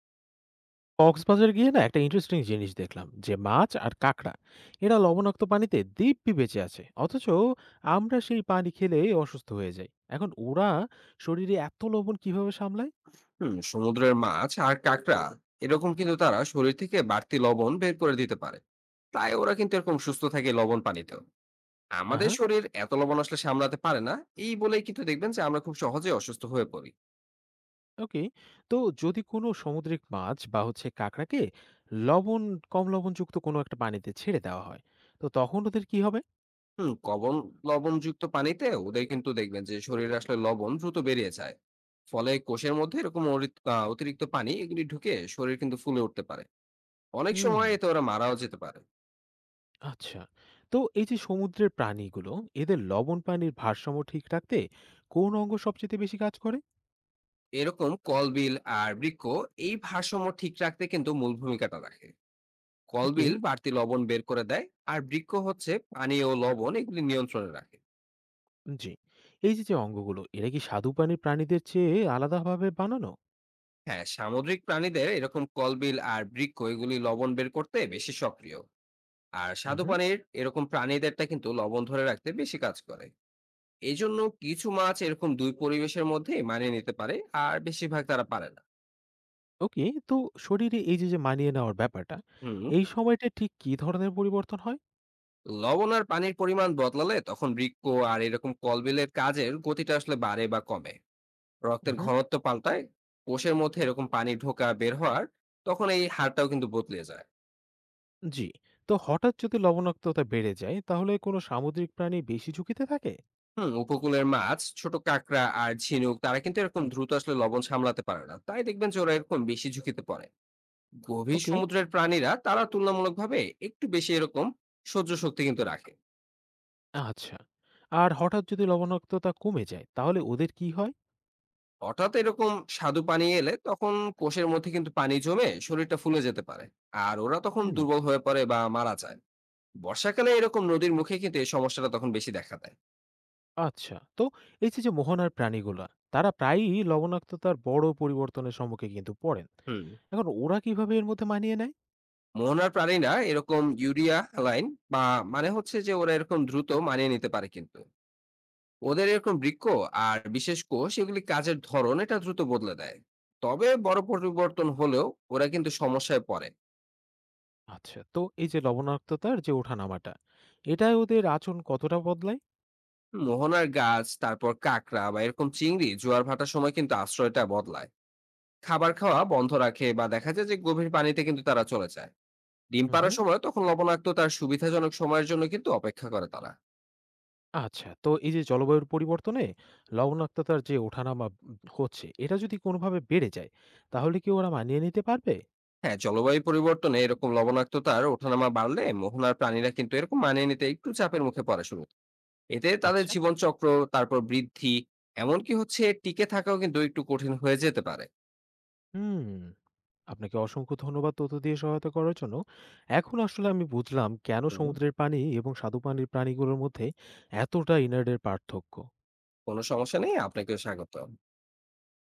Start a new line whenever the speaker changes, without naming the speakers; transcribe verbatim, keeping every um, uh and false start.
কক্সবাজার গিয়ে না একটা ইন্টারেস্টিং জিনিস দেখলাম, যে মাছ আর কাঁকড়া এরা লবণাক্ত পানিতে দিব্যি বেঁচে আছে, অথচ আমরা সেই পানি খেলে অসুস্থ হয়ে যাই। এখন ওরা শরীরে এত লবণ কিভাবে সামলায়?
হুম। সমুদ্রের মাছ আর কাঁকড়া এরকম কিন্তু তারা শরীর থেকে বাড়তি লবণ বের করে দিতে পারে, তাই ওরা কিন্তু এরকম সুস্থ থাকে লবণ পানিতেও। আমাদের
হ্যাঁ।
শরীর এত লবণ আসলে সামলাতে পারে না, এই বলেই কিন্তু দেখবেন যে আমরা খুব সহজে অসুস্থ হয়ে পড়ি।
ওকে। তো যদি কোনো সামুদ্রিক মাছ বা হচ্ছে কাঁকড়াকে লবণ কম লবণযুক্ত কোনো একটা পানিতে ছেড়ে দেওয়া হয়, তো তখন ওদের কি হবে?
হুম। লবণ লবণযুক্ত পানিতে ওদের কিন্তু দেখবেন যে শরীরে আসলে লবণ দ্রুত বেরিয়ে যায়। ফলে কোষের মধ্যে এরকম অরি- আহ, অতিরিক্ত পানি এগুলি ঢুকে শরীর কিন্তু ফুলে উঠতে পারে। অনেক
হুম।
সময় এতে ওরা মারাও যেতে পারে।
আচ্ছা। তো এই যে সমুদ্রের প্রাণীগুলো, এদের লবণ পানির ভারসাম্য ঠিক রাখতে কোন অঙ্গ সবচেয়ে বেশি কাজ করে?
এরকম কলবিল আর বৃক্ষ এই ভারসাম্য ঠিক রাখতে কিন্তু মূল ভূমিকাটা রাখে।
ওকে।
কলবিল বাড়তি লবণ বের করে দেয়, আর বৃক্ষ হচ্ছে পানি ও লবণ এগুলি নিয়ন্ত্রণে রাখে।
জি। এই যে, যে, অঙ্গগুলো এরা কি স্বাদুপানির প্রাণীদের চেয়ে আলাদাভাবে বানানো?
হ্যাঁ, সামুদ্রিক প্রাণীদের এরকম কলবিল আর বৃক্ষ এগুলি লবণ বের করতে বেশি সক্রিয়, আর স্বাদু
উহু।
পানির এরকম প্রাণীদেরটা কিন্তু লবণ ধরে রাখতে বেশি কাজ করে। এই জন্য কিছু মাছ এরকম দুই পরিবেশের মধ্যে মানিয়ে নিতে পারে, আর বেশিরভাগ তারা পারে না।
ওকে। তো শরীরে এই যে, যে, মানিয়ে নেওয়ার ব্যাপারটা,
হুম।
এই সময়টা ঠিক কী ধরনের পরিবর্তন হয়?
লবণ আর পানির পরিমাণ বদলালে তখন বৃক্ষ আর এরকম কলবিলের কাজের গতিটা আসলে বাড়ে বা কমে। রক্তের
উহু।
ঘনত্ব পাল্টায়। কোষের মধ্যে এরকম পানি ঢোকা বের হওয়ার তখন এই হারটাও কিন্তু বদলে যায়।
জি। তো হঠাৎ যদি লবণাক্ততা বেড়ে যায় তাহলে কোনো সামুদ্রিক প্রাণী বেশি ঝুঁকিতে থাকে?
হুম। উপকূলের মাছ, ছোট কাঁকড়া আর ঝিনুক তারা কিন্তু এরকম দ্রুত আসলে লবণ সামলাতে পারে না, তাই দেখবেন যে ওরা এরকম বেশি ঝুঁকিতে পড়ে। গভীর
ওকে।
সমুদ্রের প্রাণীরা তারা তুলনামূলকভাবে একটু বেশি এরকম সহ্য শক্তি কিন্তু রাখে।
আচ্ছা। আর হঠাৎ যদি লবণাক্ততা কমে যায় তাহলে ওদের কী হয়?
হঠাৎ এরকম স্বাদু পানি এলে তখন কোষের মধ্যে কিন্তু পানি জমে শরীরটা ফুলে যেতে পারে, আর ওরা তখন
হুম।
দুর্বল হয়ে পড়ে বা মারা যায়। বর্ষাকালে এরকম নদীর মুখে কিন্তু এই সমস্যাটা তখন বেশি দেখা দেয়।
আচ্ছা। তো এই যে, যে মোহনার প্রাণীগুলা, তারা প্রায়ই লবণাক্ততার বড় পরিবর্তনের সম্মুখে কিন্তু পড়েন।
হুম।
এখন ওরা কিভাবে এর মধ্যে মানিয়ে নেয়?
মন আর প্রাণীরা এরকম ইউরিয়া অ্যালাইন বা মানে হচ্ছে যে ওরা এরকম দ্রুত মানিয়ে নিতে পারে, কিন্তু ওদের এরকম বৃক্ক আর বিশেষ কোষ এগুলি কাজের ধরন এটা দ্রুত বদলে দেয়। তবে বড় পরিবর্তন হলেও ওরা কিন্তু সমস্যায় পড়ে।
আচ্ছা, তো এই যে লবণাক্ততার যে ওঠানামাটা, এটায় ওদের আচরণ কতটা বদলায়?
মোহনার গাছ, তারপর কাঁকড়া বা এরকম চিংড়ি জোয়ার ভাটার সময় কিন্তু আশ্রয়টা বদলায়। খাবার খাওয়া বন্ধ রাখে বা দেখা যায় যে গভীর পানিতে কিন্তু তারা চলে যায়। ডিম
হুম,
পাড়ার
হুম।
সময় তখন লবণাক্ততার সুবিধাজনক সময়ের জন্য কিন্তু অপেক্ষা করে তারা।
আচ্ছা, তো এই যে জলবায়ুর পরিবর্তনে লবণাক্ততার যে ওঠানামা উম হচ্ছে, এটা যদি কোনোভাবে বেড়ে যায়, তাহলে কি ওরা মানিয়ে নিতে পারবে?
হ্যাঁ, জলবায়ু পরিবর্তনে এরকম লবণাক্ততার ওঠানামা বাড়লে মোহনার প্রাণীরা কিন্তু এরকম মানিয়ে নিতে একটু চাপের মুখে পড়ে শুরু। এতে তাদের
আচ্ছা।
জীবনচক্র, তারপর বৃদ্ধি, এমনকি হচ্ছে টিকে থাকাও কিন্তু একটু কঠিন হয়ে যেতে পারে।
হুম। আপনাকে অসংখ্য ধন্যবাদ তথ্য দিয়ে সহায়তা করার জন্য। এখন আসলে আমি বুঝলাম কেন
হুম।
সমুদ্রের পানি এবং স্বাদু পানির প্রাণীগুলোর মধ্যে এতটা ইনারডের পার্থক্য।
কোনো সমস্যা নেই, আপনাকেও স্বাগত।